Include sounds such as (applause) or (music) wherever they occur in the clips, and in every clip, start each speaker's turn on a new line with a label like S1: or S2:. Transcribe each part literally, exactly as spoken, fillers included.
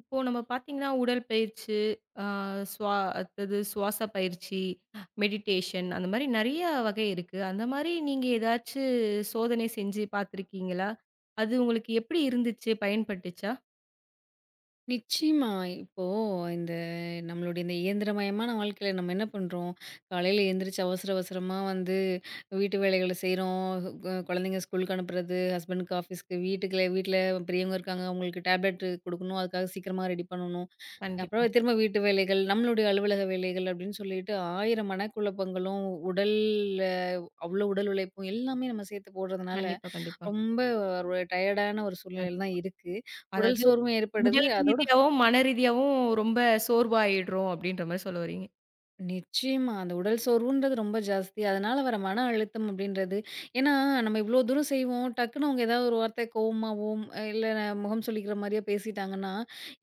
S1: இப்போ நம்ம பார்த்தீங்கன்னா, உடற்பயிற்சி, அ சுவா அடுத்தது சுவாச பயிற்சி, மெடிடேஷன் அந்த மாரி நெறைய வகை இருக்கு. அந்த மாரி நீங்க ஏதாச்சு சோதனை செஞ்சு பார்த்துருக்கீங்களா? அது உங்களுக்கு எப்படி இருந்துச்சு? பயன்பட்டுச்சா?
S2: நிச்சயமா. இப்போ இந்த நம்மளுடைய இந்த இயந்திரமயமான வாழ்க்கையில நம்ம என்ன பண்றோம்? காலையில எந்திரிச்சு அவசர அவசரமா வந்து வீட்டு வேலைகள செய்றோம். கு குழந்தைங்க ஸ்கூலுக்கு அனுப்புறது, ஹஸ்பண்டுக்கு ஆஃபீஸ்க்கு, வீட்டுக்கு வீட்ல பெரியவங்க இருக்காங்க. அவங்களுக்கு டேப்லெட் குடுக்கணும். அதுக்காக சீக்கிரமா ரெடி பண்ணணும். அப்புறம்
S1: கண்டிப்பா,
S2: திரும்ப வீட்டு வேலைகள், நம்மளுடைய அலுவலக வேலைகள் அப்படின்னு சொல்லிட்டு ஆயிரம் மனக்குழப்பங்களும், உடல்ல அவ்வளோ உடல் உழைப்பும் எல்லாமே நம்ம சேர்த்து போடுறதுனால,
S1: கண்டிப்பா, கண்டிப்பா.
S2: ரொம்ப ஒரு டயர்டான ஒரு
S1: கண்
S2: சூழ்நிலையில தான் இருக்கு. உடல்
S1: அதாவது
S2: சோர்வும் ஏற்படுது.
S1: உடல்
S2: அதோட
S1: ரீதியாவும், மன ரீதியாவும் ரொம்ப சோர்வாயிடுறோம் அப்படின்ற மாரி சொல்ல வர்றீங்க.
S2: நிச்சயமா. அந்த உடல் சோர்வுன்றது ரொம்ப ஜாஸ்தி. அதனால வர மன அழுத்தம் அப்படின்றது ஏன்னா, நம்ம இவ்ளோ தூரம் செய்வோம். டக்குன்னு அவங்க ஏதாவது ஒரு வார்த்தை கோவமாவோ, இல்ல முகம் சுளிக்கிற மாரியா பேசிட்டாங்கன்னா,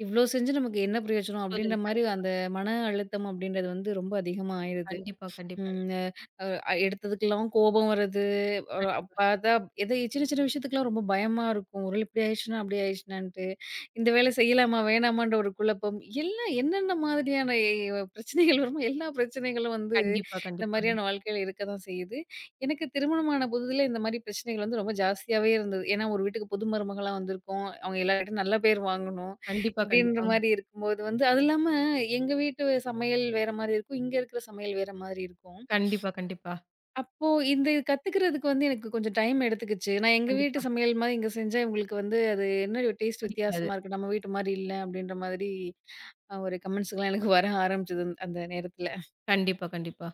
S2: இவ்ளோ செஞ்சு நமக்கு என்ன பிரயோஜனம்?
S1: சோதனை
S2: அப்படின்ற மாரி அந்த மன அழுத்தம் அப்படின்றது வந்து ரொம்ப அதிகமா ஆயிருது.
S1: கண்டிப்பா, கண்டிப்பா,
S2: ம். அ எடுத்ததுக்கெல்லாம் கோபம் வருது. ஒரு அப்~
S1: கண்டிப்பா,
S2: பார்த்தா எதோ சின்ன சின்ன விஷயத்துக்கெல்லாம் ரொம்ப பயமா இருக்கும். ஒருவேள இப்படி ஆயிடுச்சுனா, அப்படி ஆயிடுச்சுனான்ட்டு. இந்த வேலை செய்யலாமா? வேணாமான்ற ஒரு குழப்பம். எல்லாம் என்னென்ன மாதிரியான எ பிரச்சனைகள் வருமோ, எல்லா பிரச்சனைகளும் வந்து
S1: கண்டிப்பா,
S2: இந்த
S1: கண்டிப்பா, கண்டிப்பாங்க.
S2: மாரியான வாழ்க்கையில இருக்க தான் செய்யுது. எனக்கு திருமணமான புதிதில இந்த மாரி பிரச்சனைகள் வந்து ரொம்ப ஜாஸ்தியாவே இருந்தது. ஏன்னா, ஒரு வீட்டுக்கு புது மருமகளா வந்திருக்கோம். அவங்க எல்லார்கிட்டயும் நல்ல பேர் வாங்கணும்.
S1: கண்டிப்பா,
S2: இப்படின்ற
S1: கண்டிப்பாங்க.
S2: மாரி இருக்கும்போது வந்து அது இல்லாம எங்க வீட்டு சமையல் வேற மாரி இருக்கும். இங்க இருக்கிற சமையல் வேற மாரி இருக்கும்.
S1: கண்டிப்பா, கண்டிப்பா,
S2: அப்போ இந்த இது கத்துக்கிறதுக்கு வந்து எனக்கு கொஞ்சம் டைம் எடுத்துக்கிச்சு. நான் எங்க வீட்டு
S1: கண்டிப்பா.
S2: சமையல் மாரி இங்க செஞ்சா, இவங்களுக்கு வந்து அது என்ன டேஸ்ட்
S1: பிடிக்காது.
S2: வித்தியாசமா இருக்கு. நம்ம வீட்டு மாரி இல்ல அப்டின்ற மாதிரி அ ஒரு கமெண்ட்ஸ்லாம் எனக்கு வர ஆரம்பிச்சது அந்த அந்த நேரத்துல.
S1: கண்டிப்பா, கண்டிப்பா.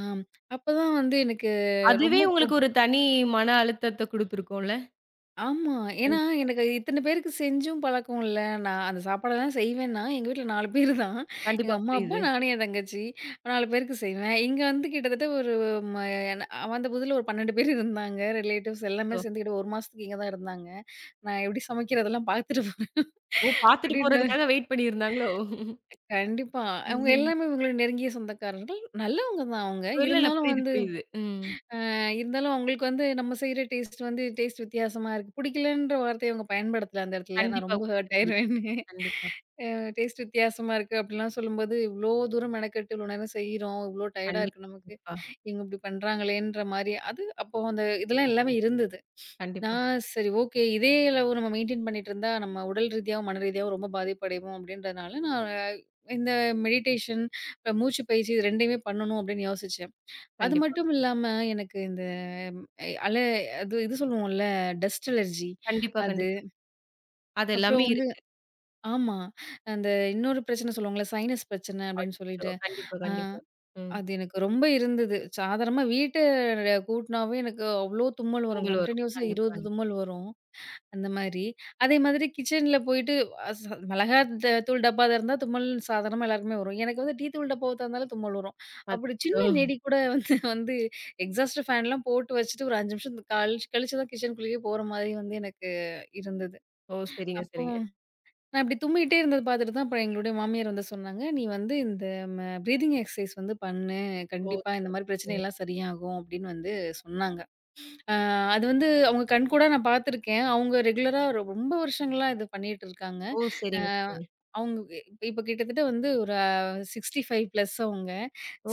S2: ஆம். அப்பதான் வந்து எனக்கு ரொம்ப
S1: அதுவே உங்களுக்கு ஒரு தனி மன அழுத்தத்த குடுத்துருக்கும்ல.
S2: ஆமா. ஏன்னா,
S1: கண்டிப்பா,
S2: எனக்கு இத்தன பேருக்கு செஞ்சும் பழக்கம் இல்ல. நான் அந்த சாப்பாடெல்லாம் செய்வேன்னா, எங்க வீட்ல நாலு பேரு தான். எங்க
S1: கண்டிப்பா
S2: அம்மா, அப்பா,
S1: புரியுது.
S2: நானு, என் தங்கச்சி. நாலு பேருக்கு செய்வேன். இங்க வந்து கிட்டத்தட்ட ஒரு ம நான் வந்த புதுல ஒரு பன்னிரண்டு பேர் இருந்தாங்க. ரிலேட்டிவ்ஸ் எல்லாமே
S1: அச்சோ!
S2: சேர்ந்து கிட்ட ஒரு மாசத்துக்கு இங்க தான் இருந்தாங்க. நான் எப்படி சமைக்கிறதெல்லாம் பார்த்துட்டு போறேன்.
S1: ஓ! பாத்துட்டு
S2: அப்படின்ற
S1: போறதுக்காக வெயிட் பண்ணியிருந்தாங்களோ?
S2: கண்டிப்பா. அவங்க எல்லாமே இவங்களோட நெருங்கிய சொந்தக்காரர்கள். நல்லவங்க தான் அவங்க.
S1: இல்ல, இல்ல.
S2: இருந்தாலும்
S1: புரியுது,
S2: வந்து
S1: புரியுது. ம்.
S2: இருந்தாலும் அவங்களுக்கு வந்து நம்ம செய்ற டேஸ்ட் வந்து டேஸ்ட் வித்தியாசமா இருக்கு. பிடிக்கலன்ற வார்த்தைய அவங்க பயன்படுத்தல அந்த இடத்துல. நான்
S1: கண்டிப்பா.
S2: ரொம்ப
S1: புரியுது,
S2: ஹர்ட்
S1: புரியுது.
S2: ஆயிருவேன்னு.
S1: கண்டிப்பா.
S2: அ டேஸ்ட் வித்தியாசமா இருக்கு அப்டிலாம் சொல்லும்போது, இவ்ளோ தூரம் மெனக்கெட்டு இவ்ளோ நேரம் செய்றோம். இவ்ளோ டயர்டா
S1: கண்டிப்
S2: இருக்கு நமக்கு.
S1: கண்டிப்பா,
S2: இவங்க இப்டி பண்றாங்களேன்ற மாரி அது அப்போ அந்த இதெல்லாம் எல்லாமே இருந்தது.
S1: கண்டிப்பா,
S2: நான் சரி ஓகே. இதே அளவு நம்ம மெயின்டெயின் பண்ணிட்டு இருந்தா நம்ம உடல் ரீதியாவும், மன ரீதியாவும் ரொம்ப பாதிப்படைவோம் அப்டின்றதுனால நான் இந்த மெடிடேஷன், மூச்சு பயிற்சி இது ரெண்டுமே பண்ணணும் அப்டின்னு யோசிச்சேன். அது
S1: கண்டிப்பா.
S2: மட்டும் இல்லாம, எனக்கு இந்த ம், எ- அல அது இது சொல்லுவோம்ல டஸ்ட் அலர்ஜி
S1: கண்டிப்பா,
S2: அது.
S1: கண்டிப்பா. அது
S2: அப்புறம்
S1: எல்லாமே
S2: வந்து
S1: இருக்கு.
S2: ஆமா. அந்த இன்னொரு பிரச்சனை சொல்லுவாங்கல்ல, சைனஸ் பிரச்சனை அப்படின்னு
S1: அச்சச்சோ!
S2: சொல்லிட்டு.
S1: கண்டிப்பா,
S2: ஆ
S1: கண்டிப்பா. ம்.
S2: அது எனக்கு ரொம்ப இருந்தது. சாதாரணமா வீட்ட கூட்டுனாவே எனக்கு அவ்ளோ தும்மல் வரும்.
S1: தும்பல் வரும்.
S2: கன்டினியூஸா
S1: கண்டிப்பா,
S2: இருபது
S1: கண்டிப்பா.
S2: தும்மல் வரும். அந்த மாரி. அதே மாதிரி கிச்சன்ல போயிட்டு அ ச மிளகாத்த தூள் டப்பா திறந்தா தும்மல் சாதாரணமா எல்லாருக்குமே வரும். எனக்கு வந்து டீ தூள் டப்பாவ திறந்தாலும் தும்மல் வரும். அப்படி
S1: அச்சச்சோ!
S2: சின்ன நெடி கூட வந்து வந்து எக்ஸாஸ்ட் ஃபேன்லாம் போட்டு வச்சுட்டு ஒரு ஐந்து நிமிஷம் கழிச்சு கழிச்சு தான் கிச்சனுக்குள்ளேயே போற மாதிரி வந்து எனக்கு இருந்தது.
S1: ஓ! சரிங்க,
S2: அப்போ
S1: சரிங்க.
S2: நான் இப்படி தும்மிட்டே இருந்தது பார்த்துட்டு தான் அப்புறம் எங்களுடைய மாமியார் வந்து சொன்னாங்க, "நீ வந்து இந்த ம ப்ரீத்திங் எக்சர்சைஸ் வந்து பண்ணு.
S1: ஓ!
S2: கண்டிப்பா
S1: சரி,
S2: இந்த மாரி
S1: சரிங்க.
S2: பிரச்சனையெல்லாம் சரியாகும்." அப்படின்னு வந்து சொன்னாங்க. அ அது வந்து அவங்க கண்கூடா நான் பார்த்துருக்கேன். அவங்க ரெகுலரா ரொம்ப வருஷங்களா இது பண்ணிட்டு இருக்காங்க.
S1: ஓ!
S2: அ
S1: சரிங்க, சரிங்க.
S2: அவங்க இப்ப இப்ப கிட்டத்தட்ட வந்து ஒரு அறுபத்தி ஐந்து பிளஸ் அவங்க.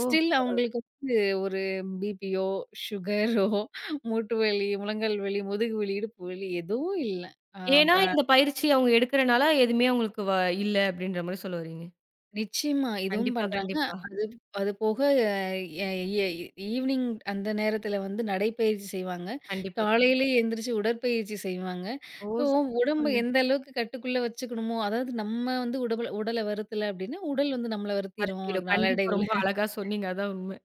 S1: ஓ!
S2: ஸ்டில்
S1: பரவால்ல.
S2: அவங்களுக்கு வந்து ஒரு பிபியோ, சுகரோ, மூட்டு வலி, முழங்கால் வலி, முதுகு வலி, இடுப்பு வலி எதுவும் இல்ல. அ
S1: ஏன்னா
S2: அப்புறம்
S1: இந்த பயிற்சி அவங்க எடுக்கிறனால எதுவுமே அவங்களுக்கு வ இல்ல அப்படின்ற மாரி சொல்ல வர்றீங்க.
S2: நிச்சயமா. இதுவும்
S1: கண்டிப்பா,
S2: பண்றாங்க.
S1: கண்டிப்பா.
S2: அது அது போக எ எ ஈவினிங் அந்த நேரத்தில வந்து நடைப்பயிற்சி செய்வாங்க.
S1: கண்டிப்பா, கண்
S2: காலையிலேயே எந்திரிச்சு உடற்பயிற்சி செய்வாங்க.
S1: ஓ!
S2: ஸோ உடம்பு
S1: சூப்பருங்க.
S2: எந்த அளவுக்கு கட்டுக்குள்ள வச்சுக்கணுமோ, அதாவது நம்ம வந்து உடபல உடல வருத்தல அப்டின்னா, உடல் வந்து நம்மள வருத்திரும்
S1: பருத்திடும். கண்டிப்பா
S2: நாளடைவுல.
S1: ரொம்ப அழகா சொன்னீங்க. அதான் உண்மை.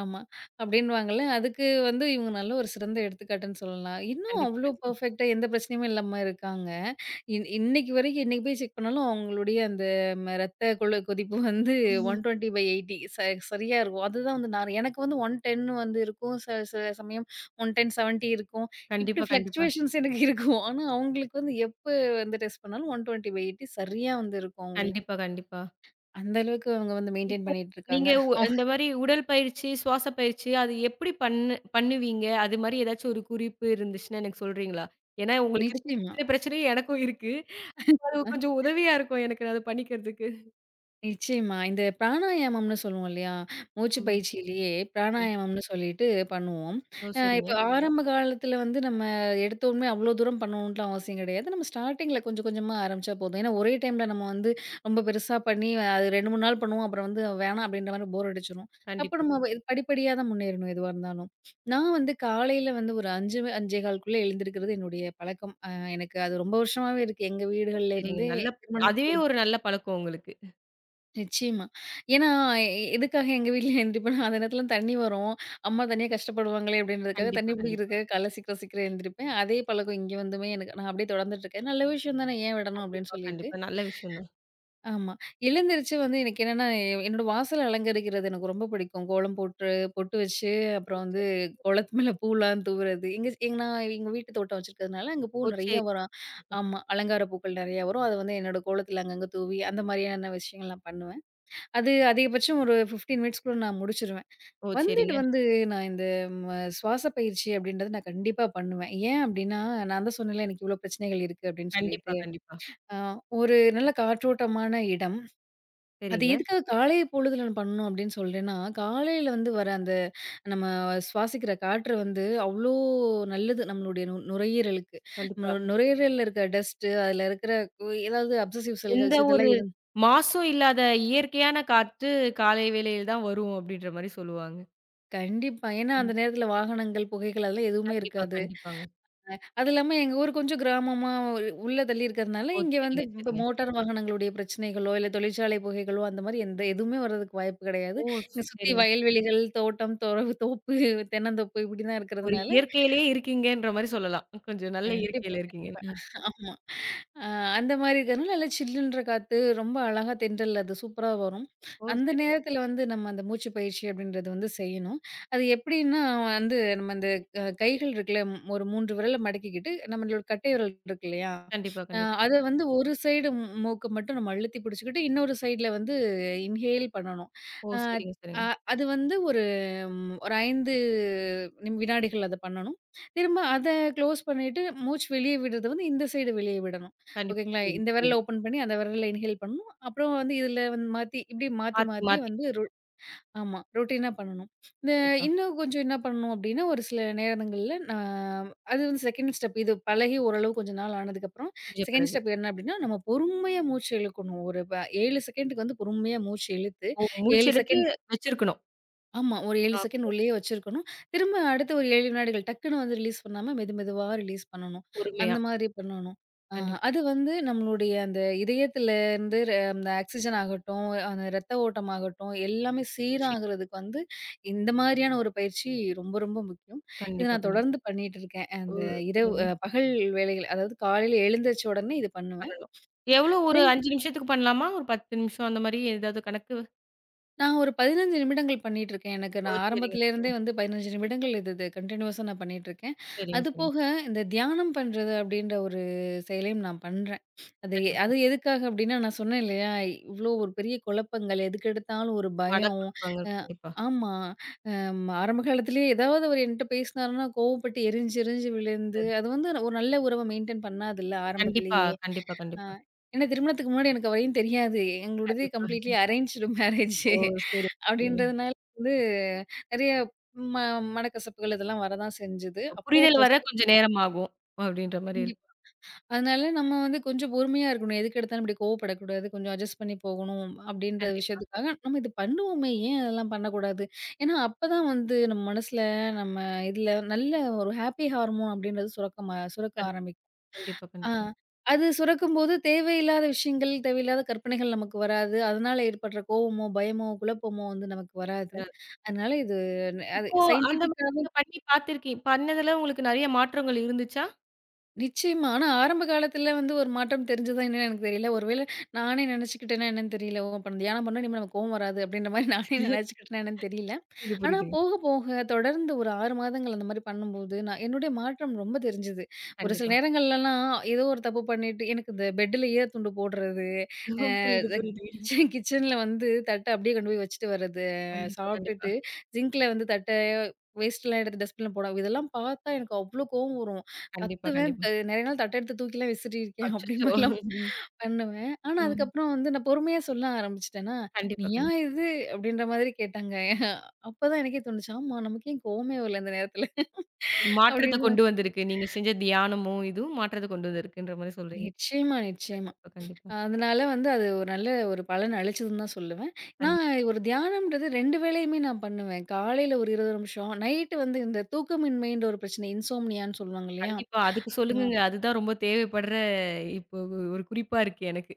S2: ஆமா. அப்டின்னுவாங்கல்ல. அதுக்கு வந்து இவங்க நல்ல ஒரு சிறந்த எடுத்துக்காட்டுன்னு சொல்லலாம். இன்னும்
S1: கண்டிப்பா,
S2: அவ்ளோ
S1: கண்டிப்பா.
S2: பெர்ஃபெக்ட்டா எந்த பிரச்சனையுமே இல்லாம இருக்காங்க. இன் இன்னைக்கு வரைக்கும் இன்னைக்கு போய் செக் பண்ணாலும் அவங்களுடைய அந்த ம ரத்த கொள்ள கொதிப்பு வந்து
S1: ம்.
S2: நூற்று இருபது எண்பது ச சரியா இருக்கும். அதுதான் வந்து நான் எனக்கு வந்து நூற்று பத்து வந்து இருக்கும். ச சில சமயம் நூற்று பத்து எழுபது இருக்கும். இப்டி
S1: கண்டிப்பா, கண்டிப்பா.
S2: ஃப்ளக்சுவேஷன்ஸ் எனக்கு இருக்கும். ஆனா அவங்களுக்கு வந்து எப்ப வந்து டெஸ்ட் பண்ணாலும் நூற்று இருபது எண்பது சரியா வந்து இருக்கும் அவங்களுக்கு.
S1: கண்டிப்பா, கண்டிப்பா.
S2: அந்த அளவுக்கு அவங்க வந்து மெயின்டெயின்
S1: இப்போ
S2: பண்ணிட்டு இருக்காங்க.
S1: நீங்க உ
S2: அவ்
S1: இந்த மாரி உடல் பயிற்சி, சுவாச பயிற்சி அது எப்படி பண்ணு பண்ணுவீங்க? அது மாரி ஏதாச்சும் ஒரு குறிப்பு இருந்துச்சுன்னா எனக்கு சொல்றீங்களா? ஏன்னா உங்களுக்கு இருக்க
S2: நிச்சயமா.
S1: அத்தனை பிரச்சனையும் எனக்கும் இருக்கு. அது கொஞ்சம் உதவியா இருக்கும் எனக்கு அத பண்ணிக்கிறதுக்கு.
S2: நிச்சயமா. இந்த பிராணாயாமம்னு சொல்லுவோம் இல்லையா? மூச்சு
S1: ஆமா.
S2: பயிற்சியிலேயே
S1: கண்
S2: பிராணாயாமம்னு சொல்லிட்டு பண்ணுவோம்.
S1: ஓ!
S2: அ
S1: சரிங்க.
S2: இப்ப ஆரம்ப காலத்துல வந்து நம்ம எடுத்தோனே அவ்ளோ தூரம் பண்ணணுன்ட்டுலாம் அவசியம் கிடையாது. நம்ம ஸ்டார்ட்டிங்ல கொஞ்சம் கொஞ்சமா ஆரம்பிச்சா போதும். ஏன்னா ஒரே டைம்ல நம்ம வந்து ரொம்ப பெருசா பண்ணி அது ரெண்டு, மூணு நாள் பண்ணுவோம். அப்புறம் வந்து வேணாம் அப்படின்ற மாரி போர் அடிச்சுரும். அப்ப
S1: கண்டிப்பா,
S2: நம்ம இது படிப்படியா தான் முன்னேறணும் எதுவா இருந்தாலும். நான் வந்து காலையில வந்து ஒரு ஐந்து 5:15க்குள்ள எழுந்திருக்கிறது என்னுடைய பழக்கம். அ எனக்கு அது ரொம்ப வருஷமாவே இருக்கு. எங்க
S1: கண்டிப்பா.
S2: வீடுகள்ல
S1: சரிங்க.
S2: இருந்தே
S1: நல்ல
S2: திருமணம்
S1: அதுவே ஒரு நல்ல பழக்கம் உங்களுக்கு.
S2: நிச்சயமா. ஏன்னா, எ எதுக்காக எங்க வீட்ல எந்திரிப்பேன்னா, அந்த நேரத்துல தண்ணி வரும். அம்மா தனியா கஷ்டப்படுவாங்களே அப்படின்றதுக்காக,
S1: கண்டிப்பா,
S2: தண்ணி
S1: கண்டிப்பா.
S2: பிடிக்கிறதுக்காக காலைல சீக்கிரம் சீக்கிரம் எழுந்திரிப்பேன். அதே பழக்கம் இங்க வந்துமே எனக்கு நான் அப்படியே தொடர்ந்துட்டுருக்கேன். நல்ல விஷயம் தானே, ஏன் விடணும் அப்படின்னு
S1: கண்டிப்பா,
S2: சொல்லிட்டு.
S1: கண்டிப்பா. நல்ல விஷயம் தான்.
S2: ஆமா. எழுந்திரிச்சு வந்து எனக்கு என்னன்னா, எ என்னோட வாசல அலங்கரிக்கிறது எனக்கு ரொம்ப பிடிக்கும். கோலம் போட்டு பொட்டு வச்சு,
S1: ஓ!
S2: அப்புறம் வந்து
S1: சரி.
S2: கோலத்து மேல பூலாம் தூவுறது. எங்க எங்க நான் எங்க வீட்டு தோட்டம் வச்சிருக்கிறதுனால, அங்க பூ
S1: ஓ!
S2: நெறையா
S1: சரி.
S2: வரும். ஆமா. அலங்கார பூக்கள் நெறையா வரும். அத வந்து என்னோட கோலத்துல அங்கங்க தூவி, அந்த மாதிரியான விஷயங்கள் நான் பண்ணுவேன். அது அதிகபட்சம் ஒரு பதினைந்து மினிட்ஸ்குள்ள நான் முடிச்சுருவேன்.
S1: ஓ!
S2: வந்துட்டு
S1: சரிங்க.
S2: வந்து நான் இந்த ம சுவாச பயிற்சி அப்படின்றது நான் கண்டிப்பா பண்ணுவேன். ஏன் அப்படின்னா, நான் தான் சொன்னேன்ல எனக்கு இவ்ளோ பிரச்சனைகள் இருக்கு அப்படின்னு
S1: கண்டிப்பா,
S2: சொல்லிட்டு.
S1: கண்டிப்பா.
S2: அ ஒரு நல்ல காற்றோட்டமான இடம். அது
S1: சரிங்க.
S2: எதுக்காக காலை பொழுதுல நான் பண்ணணும் அப்படின்னு சொல்றேன்னா, காலையில வந்து வர அந்த நம்ம சுவாசிக்கிற காற்று வந்து அவ்ளோ நல்லது நம்மளுடைய நு நுரையீரலுக்கு. நு
S1: கண்டிப்பா.
S2: நுரையீரல்ல இருக்க டஸ்ட்டு, அதுல இருக்கிற கு- ஏதாவது அப்சசிவ்
S1: எந்த
S2: செல்கள்ஸ்
S1: ஒரு
S2: இதெல்லாம் இரு
S1: மாசும் இல்லாத இயற்கையான காற்று காலை வேளையில் தான் வரும் அப்படின்ற மாரி சொல்லுவாங்க.
S2: கண்டிப்பா. ஏன்னா,
S1: கண்
S2: அந்த நேரத்துல வாகனங்கள், புகைகள் அதெல்லாம் எதுவுமே
S1: கண்டிப்பா,
S2: இருக்காது.
S1: கண்டிப்பாங்க.
S2: அது இல்லாம எங்க ஊர் கொஞ்சம் கிராமமா ஒரு உள்ள தள்ளி இருக்கிறதுனால,
S1: ஓ!
S2: இங்க வந்து
S1: சரிங்க,
S2: இப்ப
S1: சரிங்க.
S2: மோட்டார் வாகனங்களுடைய பிரச்சனைகளோ, இல்ல தொழிற்சாலை புகைகளோ அந்த மாரி எந்த எதுவுமே வர்றதுக்கு வாய்ப்பு கிடையாது.
S1: ஓ!
S2: இங்க சுத்தி
S1: சரிங்க.
S2: வயல்வெளிகள், தோட்டம், தொறவு, தோப்பு, தென்னந்தோப்பு இப்படி தான்
S1: ஒரு
S2: இருக்கிறதுனால,
S1: இயற்கையிலேயே இருக்கீங்கன்ற மாரி சொல்லலாம். கொஞ்சம் நல்ல
S2: கண்டிப்பா,
S1: இயற்கையில இருக்கீங்க.
S2: கண்டிப்பா.
S1: ம்.
S2: ஆமா. அ அந்த மாரி இருக்கிறனால நல்லா சில்லுன்ற காத்து ரொம்ப அழகா தென்றல் அது சூப்பரா வரும்.
S1: ஓ!
S2: அந்த
S1: சரிங்க.
S2: நேரத்தில வந்து நம்ம அந்த மூச்சு பயிற்சி அப்படின்றது வந்து செய்யணும். அது எப்படின்னா வந்து நம்ம அந்த அ கைகள் இருக்குல்ல, ஒரு மூன்று விரல மடக்கிக்கிட்டு நம்மளோட கட்டை விரல் இருக்கு இல்லையா?
S1: கண்டிப்பா,
S2: அ
S1: கண்டிப்பா.
S2: அத வந்து ஒரு சைடு மூக்க மட்டும் நம்ம அழுத்தி பிடிச்சுக்கிட்டு, இன்னொரு சைடுல வந்து இன்ஹேல் பண்ணணும்.
S1: ஓ!
S2: அ
S1: சரிங்க,
S2: அ
S1: சரிங்க.
S2: அது வந்து ஒரு ம் ஒரு ஐந்து நிம் வினாடிகள் அத பண்ணணும். திரும்ப அத க்ளோஸ் பண்ணிட்டு, மூச்சு வெளிய விடுறது வந்து இந்த சைடு வெளிய விடணும்.
S1: கண்டிப்பா.
S2: ஓகேங்களா?
S1: புரியுது,
S2: இந்த விரல
S1: புரியுது.
S2: ஓப்பன் பண்ணி, அந்த விரல்ல இன்ஹேல் பண்ணணும். அப்புறம் வந்து இதில வந்து மாத்தி இப்படி மாத்தி
S1: மாத்தி,
S2: மாத்தி
S1: மாத்தி
S2: வந்து ரொ ஆமா. ரொட்டீனா பண்ணணும். இந்த
S1: கண்டிப்பா.
S2: இன்னும் கொஞ்சம் என்ன பண்ணணும் அப்படின்னா, ஒரு சில நேரங்கள்ல நான் அது வந்து செகண்ட் ஸ்டெப். இது பழகி ஓரளவு கொஞ்ச நாள் ஆனதுக்கப்புறம்
S1: முடிஞ்ச
S2: 2ண்ட்
S1: பிறகு.
S2: ஸ்டெப் என்ன அப்படின்னா, நம்ம பொறுமையா மூச்சு இழுக்கணும். ஒரு ப ஏழு செகண்டுக்கு வந்து பொறுமையா மூச்சு இழுத்து,
S1: ஓ!
S2: ஏழு
S1: முடிச்செடுத்து
S2: செகண்ட்
S1: வச்சிருக்கணும்.
S2: ஆமா. ஒரு ஏழு
S1: ஓகே,
S2: செகண்ட்
S1: ஓகே.
S2: உள்ளேயே வச்சிருக்கணும். திரும்ப அடுத்த ஒரு ஏழு வினாடிகள் டக்குன்னு வந்து ரிலீஸ் பண்ணாம மெது மெதுவா ரிலீஸ் பண்ணணும். அந்த
S1: பொறுமையா.
S2: மாதிரி பண்ணணும். அ
S1: கண்டிப்பா.
S2: அது வந்து நம்மளுடைய அந்த இதயத்திலேருந்து ர அந்த ஆக்ஸிஜன் ஆகட்டும், அந்த ரத்த ஓட்டம் ஆகட்டும், எல்லாமே
S1: சி
S2: சீராகிறதுக்கு வந்து இந்த மாதிரியான ஒரு பயிற்சி ரொம்ப ரொம்ப முக்கியம். இத
S1: கண்டிப்பா,
S2: நான்
S1: கண்டிப்பா.
S2: தொடர்ந்து பண்ணிட்டு இருக்கேன்.
S1: ஓ!
S2: அந்த இரவு
S1: சரிங்க.
S2: அ பகல் வேளைகள் அதாவது காலையில எழுந்திரிச்ச உடனே இது பண்ணுவேன்.
S1: பண்ணணும். எவ்வளோ ஒரு ஐந்து நிமிஷத்துக்கு பண்ணலாமா? ஒரு பத்து நிமிஷம் அந்த மாரி ஏதாவது கணக்கு?
S2: நான் ஒரு பதினைந்து நிமிடங்கள் பண்ணிட்டுருக்கேன். எனக்கு
S1: ஓ!
S2: நான்
S1: சரிங்க,
S2: ஆரம்பத்துலேருந்தே
S1: சரிங்க.
S2: வந்து பதினைந்து நிமிடங்கள் இது இது கன்டினியூஸா நான் பண்ணிட்டுருக்கேன்.
S1: சரிங்க, சரிங்க.
S2: அதுபோக இந்த தியானம் பண்றது அப்படின்ற ஒரு செயலையும் நான் பண்றேன். அது எ-
S1: கண்டிப்பா.
S2: அது எதுக்காக அப்படின்னா, நான் சொன்னேன் இல்லையா, இவ்ளோ ஒரு பெரிய குழப்பங்கள், எதுக்கெடுத்தாலும் ஒரு பயம்.
S1: மனக்குழப்பங்க
S2: அ
S1: கண்டிப்பா.
S2: ஆமா. அம் ஆரம்ப காலத்திலேயே ஏதாவது அவர் என்ட்ட பேசினாருன்னா, கோவப்பட்டு எரிஞ்சு எரிஞ்சு விழுந்து,
S1: அது
S2: அது வந்து ஒரு நல்ல உறவ மெயின்டெயின் பண்ணாதுல்ல
S1: கண்டிப்பா,
S2: ஆரம்பத்திலேயே.
S1: கண்டிப்பா,
S2: அ
S1: கண்டிப்பா.
S2: ஏன்னா திருமணத்துக்கு முன்னாடி எனக்கு அவரையும் தெரியாது. எங்களுடையது
S1: கண்டிப்பா.
S2: கம்ப்ளீட்லி அரேஞ்ச்டு மேரேஜு
S1: ஓ! சரி, சரிங்க.
S2: அப்படின்றதுனால வந்து நெறைய ம மனக்கசப்புகள் இதெல்லாம் வரதான் செஞ்சது. அப்போ
S1: புரிதல் வர
S2: ஒரு-
S1: கொஞ்சம் நேரம் ஆகும். அப்படின்ற மாரி இருக்கு.
S2: கண்டிப்பா. அதனால நம்ம வந்து கொஞ்சம் பொறுமையா இருக்கணும். எதுக்கு எடுத்தாலும் இப்படி கோவப்படக்கூடாது. கொஞ்சம் அட்ஜஸ்ட் பண்ணி போகணும் அப்படின்ற
S1: கண்டிப்பா,
S2: விஷயத்துக்காக நம்ம இது பண்ணுவோமே, ஏன் அதெல்லாம் பண்ணக்கூடாது? ஏன்னா அப்பதான் வந்து நம்ம மனசுல நம்ம இதுல நல்ல ஒரு ஹாப்பி ஹார்மோன் அப்படின்றது சுரக்கமா சுரக்க
S1: கண்டிப்பா.
S2: ஆரம்பிக்கும்.
S1: கண்டிப்பா,
S2: ஆ.
S1: கண்டிப்பா.
S2: அது சுரக்கும்போது தேவையில்லாத விஷயங்கள், தேவையில்லாத கற்பனைகள் நமக்கு வராது. அதனால ஏற்படுற கோவமோ, பயமோ, குழப்பமோ வந்து நமக்கு வராது.
S1: அ
S2: அதனால இது ந- அது
S1: இப்போ அந்த மாரி
S2: சயின்டிஃபிக்காவும்
S1: நீங்க பண்ணி பார்த்திருக்கீங்க பண்ணதுல உங்களுக்கு நெறைய மாற்றங்கள் இருந்துச்சா?
S2: நிச்சயமா. ஆனா ஆரம்ப காலத்துல வந்து ஒரு மாற்றம் தெரிஞ்சதா என்னன்னு எனக்கு தெரியல. ஒருவேள நானே நினச்சுக்கிட்டேனா என்னன்னு தெரியல. ஓ! அப்ப நம்ம தியானம் பண்ணா இனிமே நமக்கு கோவம் வராது அப்படின்ற மாரி நானே நினச்சுக்கிட்டேனா என்னன்னு தெரியல.
S1: இது
S2: ஆனா
S1: புரியுதுங்க.
S2: போக போக தொடர்ந்து ஒரு ஆறு மாதங்கள் அந்த மாரி பண்ணும்போது, நான் என்னுடைய மாற்றம் ரொம்ப தெரிஞ்சது. ஒரு சில
S1: கண்டிப்பா.
S2: நேரங்கள்லலாம் ஏதோ ஒரு தப்பு பண்ணிட்டு எனக்கு இந்த பெட்டுலயே துண்டு போடுறது, அ
S1: புரியுது, புரியுதுங்க.
S2: கிச்சன் கிச்சன்ல வந்து தட்ட அப்படியே கொண்டு போய் வச்சுட்டு வர்றது, அஹ்
S1: கண்டிப்பா, கண்டிப்பா.
S2: சாப்பிட்டுட்டு சிங்க்ல வந்து தட்ட வேஸ்ட்லாம் எடுத்து டஸ்ட்பின்ல போட இதெல்லாம் பார்த்தா எனக்கு அவ்ளோ கோவம் வரும்.
S1: கண்டிப்பா,
S2: கத்துவேன்.
S1: கண்டிப்பா.
S2: த நெறைய நாள் தட்ட எடுத்து தூக்கிலாம் விசிறியிருக்கேன். அப்படி
S1: அச்சச்சோ!
S2: மாரிலாம் பண்ணுவேன். ஆனா,
S1: ம்.
S2: அதுக்கப்புறம் வந்து நான் பொறுமையா சொல்ல ஆரம்பிச்சுட்டேனா,
S1: கண்டிப்பா,
S2: "நீயா
S1: கண்டிப்பா.
S2: இது?" அப்படின்ற மாதிரி கேட்டாங்க. அப்பதான் எனக்கே தோணுச்சு, "ஆமா, நமக்கு ஏன் கோவமே வரல இந்த நேரத்துல?"
S1: மாற்றத்த
S2: அப்படின்னு.
S1: கொண்டு வந்திருக்கு. நீங்க செஞ்ச தியானமும், இதுவும் மாற்றத்த கொண்டு வந்திருக்குன்ற மாரி சொல்றீங்க.
S2: நிச்சயமா, நிச்சயமா.
S1: கண்டிப்பா, கண்டிப்பா.
S2: அதனால வந்து அது ஒரு நல்ல ஒரு பலன் அளிச்சதுன்னு தான் சொல்லுவேன். நான்
S1: கண்டிப்பா,
S2: ஒரு தியானம்ன்றது ரெண்டு வேளையுமே நான் பண்ணுவேன். காலையில ஒரு இருபது நிமிஷம், நைட்டு வந்து இந்த தூக்கமின்மைன்ற ஒரு பிரச்சனை இன்சோம்னியான்னு சொல்லுவாங்க இல்லையா?
S1: கண்டிப்பா. அதுக்கு சொல்லுங்கங்க. அதுதான் ரொம்ப தேவைப்படுற இப்போ ஒரு குறிப்பா இருக்கு எனக்கு.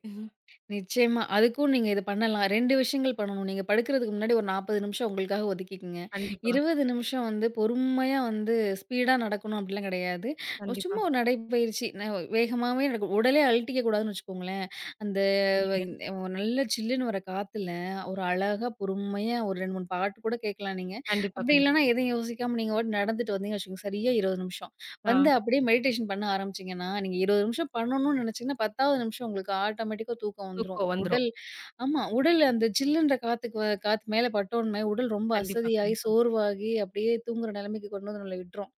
S2: நிச்சயமா. அதுக்கும் நீங்க இது பண்ணலாம். ரெண்டு விஷயங்கள் பண்ணணும். நீங்க படுக்கிறதுக்கு முன்னாடி ஒரு நாற்பது நிமிஷம் உங்களுக்காக ஒதுக்கிக்கங்க.
S1: கண்டிப்பா,
S2: இருபது நிமிஷம் வந்து பொறுமையா வந்து ஸ்பீடா நடக்கணும் அப்படிலாம் கிடையாது. ஒரு
S1: கண்டிப்பா.
S2: சும்மா ஒரு நடைப்பயிற்சி ந வேகமாவே நடக்கும். உடலே அழட்டிக்க கூடாதுன்னு வச்சுக்கோங்களேன். அந்த வ-
S1: சரிங்க.
S2: இந்த ஒரு நல்ல சில்லுன்னு வர காத்துல ஒரு அழகா பொறுமையா ஒரு ரெண்டு, மூணு பாட்டு கூட கேட்கலாம் நீங்க.
S1: கண்டிப்பா,
S2: அப்படி
S1: கண்டிப்பா.
S2: இல்லைன்னா எதையும் யோசிக்காம நீங்க பாட்டுக்கு நடந்துட்டு வந்தீங்கன்னு வச்சுக்கோங்க. சரியா இருபது நிமிஷம்.
S1: ஆ
S2: வந்து அப்படியே மெடிடேஷன் பண்ண ஆரம்பிச்சீங்கன்னா, நீங்க இருபது நிமிஷம் பண்ணணும்னு நினைச்சீங்கன்னா, பத்தாவது நிமிஷம் உங்களுக்கு ஆட்டோமேட்டிக்கா தூக்கம் வந்துரும்.
S1: தூக்கம் வந்துரும்.
S2: உடல் ஆமா. உடல் அந்த சில்லுன்ற காத்துக்கு வ காத்து மேல பட்டோனே உடல் ரொம்ப
S1: கண்டிப்பா,
S2: அசதியாகி,
S1: கண்டிப்பா.
S2: சோர்வாகி அப்படியே தூங்குற நிலைமைக்கு கொண்டு வந்து நம்மள விட்டுரும்.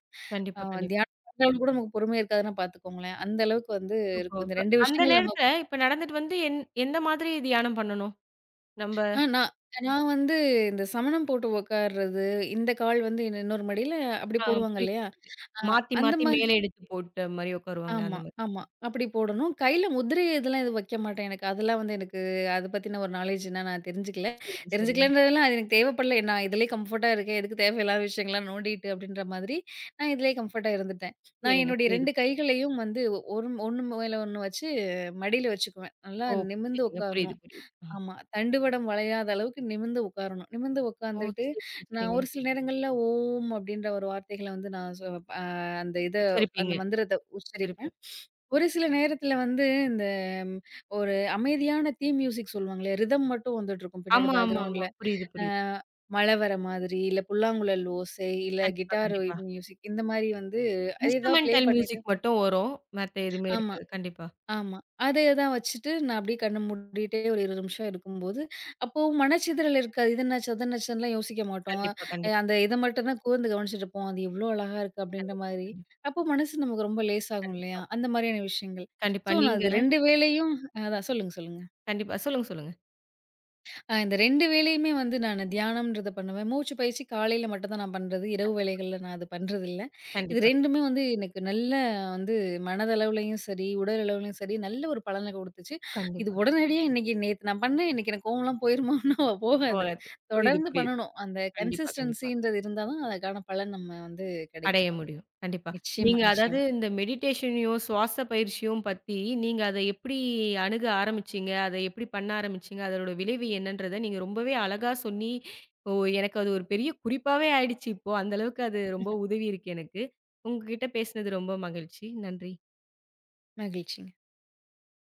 S2: ஆ
S1: கண்டிப்பா, கண்டிப்பா.
S2: தியானம் பண்ற அளவுக்கு கூட நமக்கு பொறுமை இருக்காதுன்னா பார்த்துக்கோங்களேன். அந்த அளவுக்கு வந்து
S1: தூக்கம்.
S2: இருக்கும். இந்த
S1: இப்ப
S2: ரெண்டு
S1: அந்த
S2: விஷயங்கள் நம்ம
S1: நேரத்துல இப்ப நடந்துட்டு வந்து எந் எந்த மாதிரி தியானம் பண்ணணும்? நம்ப
S2: ஆ நான் நான் வந்து இந்த சமணம் போட்டு உட்கார்றது, இந்த கால் வந்து இன்னொரு மடியில அப்படி
S1: ஆ
S2: போடுவாங்க
S1: புரியுது,
S2: இல்லையா?
S1: புரியுது.
S2: அ
S1: மாத்தி,
S2: அந்த
S1: மாத்தி
S2: மாரி
S1: மேல எடுத்து போட்ட மாரி உட்காருவாங்களே
S2: ஆமா,
S1: அந்த மாரி.
S2: ஆமா. அப்படி போடணும். கையில முத்திரை இதெல்லாம் எதுவும் வைக்க மாட்டேன் எனக்கு. அதெல்லாம் வந்து எனக்கு அத பத்தின ஒரு நாலேட்ஜ் என்ன நான் தெரிஞ்சுக்கல.
S1: சரிங்க, சரிங்க.
S2: தெரிஞ்சுக்கலன்றதெல்லாம் அது எனக்கு தேவைப்படல. நான் இதுலயே கம்ஃபர்ட்டா இருக்கேன். எதுக்கு தேவையில்லாத விஷயங்கள்லாம் நோண்டிட்டு அப்படின்ற மாதிரி, நான் இதுலயே கம்ஃபர்ட்டா இருந்துட்டேன். நான்
S1: சரிங்க.
S2: என்னுடைய
S1: புரியுது,
S2: ரெண்டு
S1: புரியுது.
S2: கைகளையும் வந்து ஒ- ஒரு ஒண்ணு மேல ஒண்ணு வச்சு மடியில வச்சுக்குவேன். நல்லா
S1: ஓ!
S2: நிமிர்ந்து
S1: சரிங்க. புரியுது,
S2: உட்காரணும்.
S1: புரியுது. அ.
S2: ஆமா. தண்டுவடம் வளையாத அளவுக்கு நிமிர்ந்து உட்காரணும். நிமிர்ந்து
S1: ஓ!
S2: உட்காந்துட்டு,
S1: சரிங்க,
S2: நான்
S1: சரிங்க.
S2: ஒரு சில நேரங்கள்ல ஓம் அப்படின்ற ஒரு வார்த்தைகள வந்து நான் சொ அ அந்த இத அந்த
S1: உச்சரிப்பீங்க,
S2: மந்திரத்த உச்சரிப்பேன்.
S1: உச்சரிப்பீங்க.
S2: ஒரு சில நேரத்துல வந்து இந்த ம், ஒரு அமைதியான தீம் மியூசிக் சொல்லுவாங்களே, ரிதம் மட்டும் வந்துட்டுருக்கும் பின்னாடி
S1: ஆமா, ஆமா, ஆமா.
S2: பேக்கிரவுண்ட்ல.
S1: புரியுது,
S2: அ
S1: புரியுது.
S2: மழை வர மாதிரி, இல்ல புல்லாங்குழல் ஓசை, இல்ல
S1: கண்டிப்பா,
S2: கிட்டார்
S1: கண்டிப்பா.
S2: மியூசிக் இந்த மாரி வந்து அது ஏதாவது ப்ளே
S1: இன்ஸ்ட்ருமென்டல்
S2: பண்ணிட்டு
S1: மியூசிக் மட்டும் வரும். மத்த எதுவுமே
S2: ஆமா.
S1: இருக்காது. கண்டிப்பா.
S2: ஆமா. அதே தான் வச்சுட்டு நான் அப்படியே கண்ண மூடிட்டே ஒரு இருபது நிமிஷம் இருக்கும்போது, அப்போ மனச்சிதறல் இருக்காது. இது என்னாச்சு, அது என்னாச்சுன்லாம் யோசிக்க மாட்டோம்.
S1: கண்டிப்பா,
S2: அ
S1: கண்டிப்பா,
S2: அந்த இத மட்டும் தான் கூர்ந்து கவனிச்சுட்டுருப்போம். அது எவ்ளோ அழகா இருக்கு அப்படின்ற
S1: கண்டிப்பா,
S2: மாதிரி.
S1: கண்டிப்பா,
S2: அப்போ மனசு நமக்கு ரொம்ப லேசாகும்
S1: கண்டிப்பா,
S2: இல்லையா? அந்த மாதிரியான விஷயங்கள்.
S1: கண்டிப்பா.
S2: ஸோ நான்
S1: நீங்க
S2: அது ரெண்டு வேளையும் அதான் சொல்லுங்க, சொல்லுங்க.
S1: கண்டிப்பா. சொல்லுங்க, சொல்லுங்க.
S2: அ இந்த ரெண்டு வேளையுமே வந்து நானு தியானம்ன்றத பண்ணுவேன். மூச்சு பயிற்சி காலையில மட்டும் தான் நான் பண்றது. இரவு
S1: கண்டிப்பா,
S2: வேளைகள்ல நான் அது பண்றதில்ல. இது
S1: கண்டிப்பா,
S2: ரெண்டுமே வந்து எனக்கு நல்ல வந்து மனதளவுலயும் சரி, உடல் அளவுலயும் சரி, நல்ல ஒரு பலன குடுத்துச்சு. இது
S1: கண்டிப்பா.
S2: உடனடியா இன்னைக்கு நேத்து நான் பண்ணேன், இன்னைக்கு எனக்கு கோவம்லாம் போயிருமான்னா (laughs)
S1: ஓ!
S2: போகாது.
S1: அது புரியுது,
S2: தொடர்ந்து
S1: புரியுது.
S2: பண்ணணும். அந்த
S1: கண்டிப்பா, கண்டிப்பா.
S2: கன்சிஸ்டன்சின்றது இருந்தா தான் அதுக்கான பலன் நம்ம வந்து
S1: அடைய
S2: கிடைக்கும்.
S1: முடியும். கண்டிப்பா.
S2: நிச்சயமா,
S1: நீங்க அதாவது
S2: நிச்சயமா.
S1: இந்த மெடிடேஷனையும், சுவாச பயிற்சியும் பத்தி நீங்க அத எப்படி அணுக ஆரம்பிச்சீங்க? அத எப்படி பண்ண ஆரம்பிச்சீங்க? அதனோட விளைவு என்னன்றத நீங்க ரொம்பவே அழகா சொன்னி, ஓ! எனக்கு அது ஒரு பெரிய குறிப்பாவே ஆயிடுச்சு இப்போ. அந்த அளவுக்கு அது ரொம்ப உதவி இருக்கு எனக்கு. உங்ககிட்ட பேசினது ரொம்ப மகிழ்ச்சி. நன்றி.
S2: மகிழ்ச்சிங்க.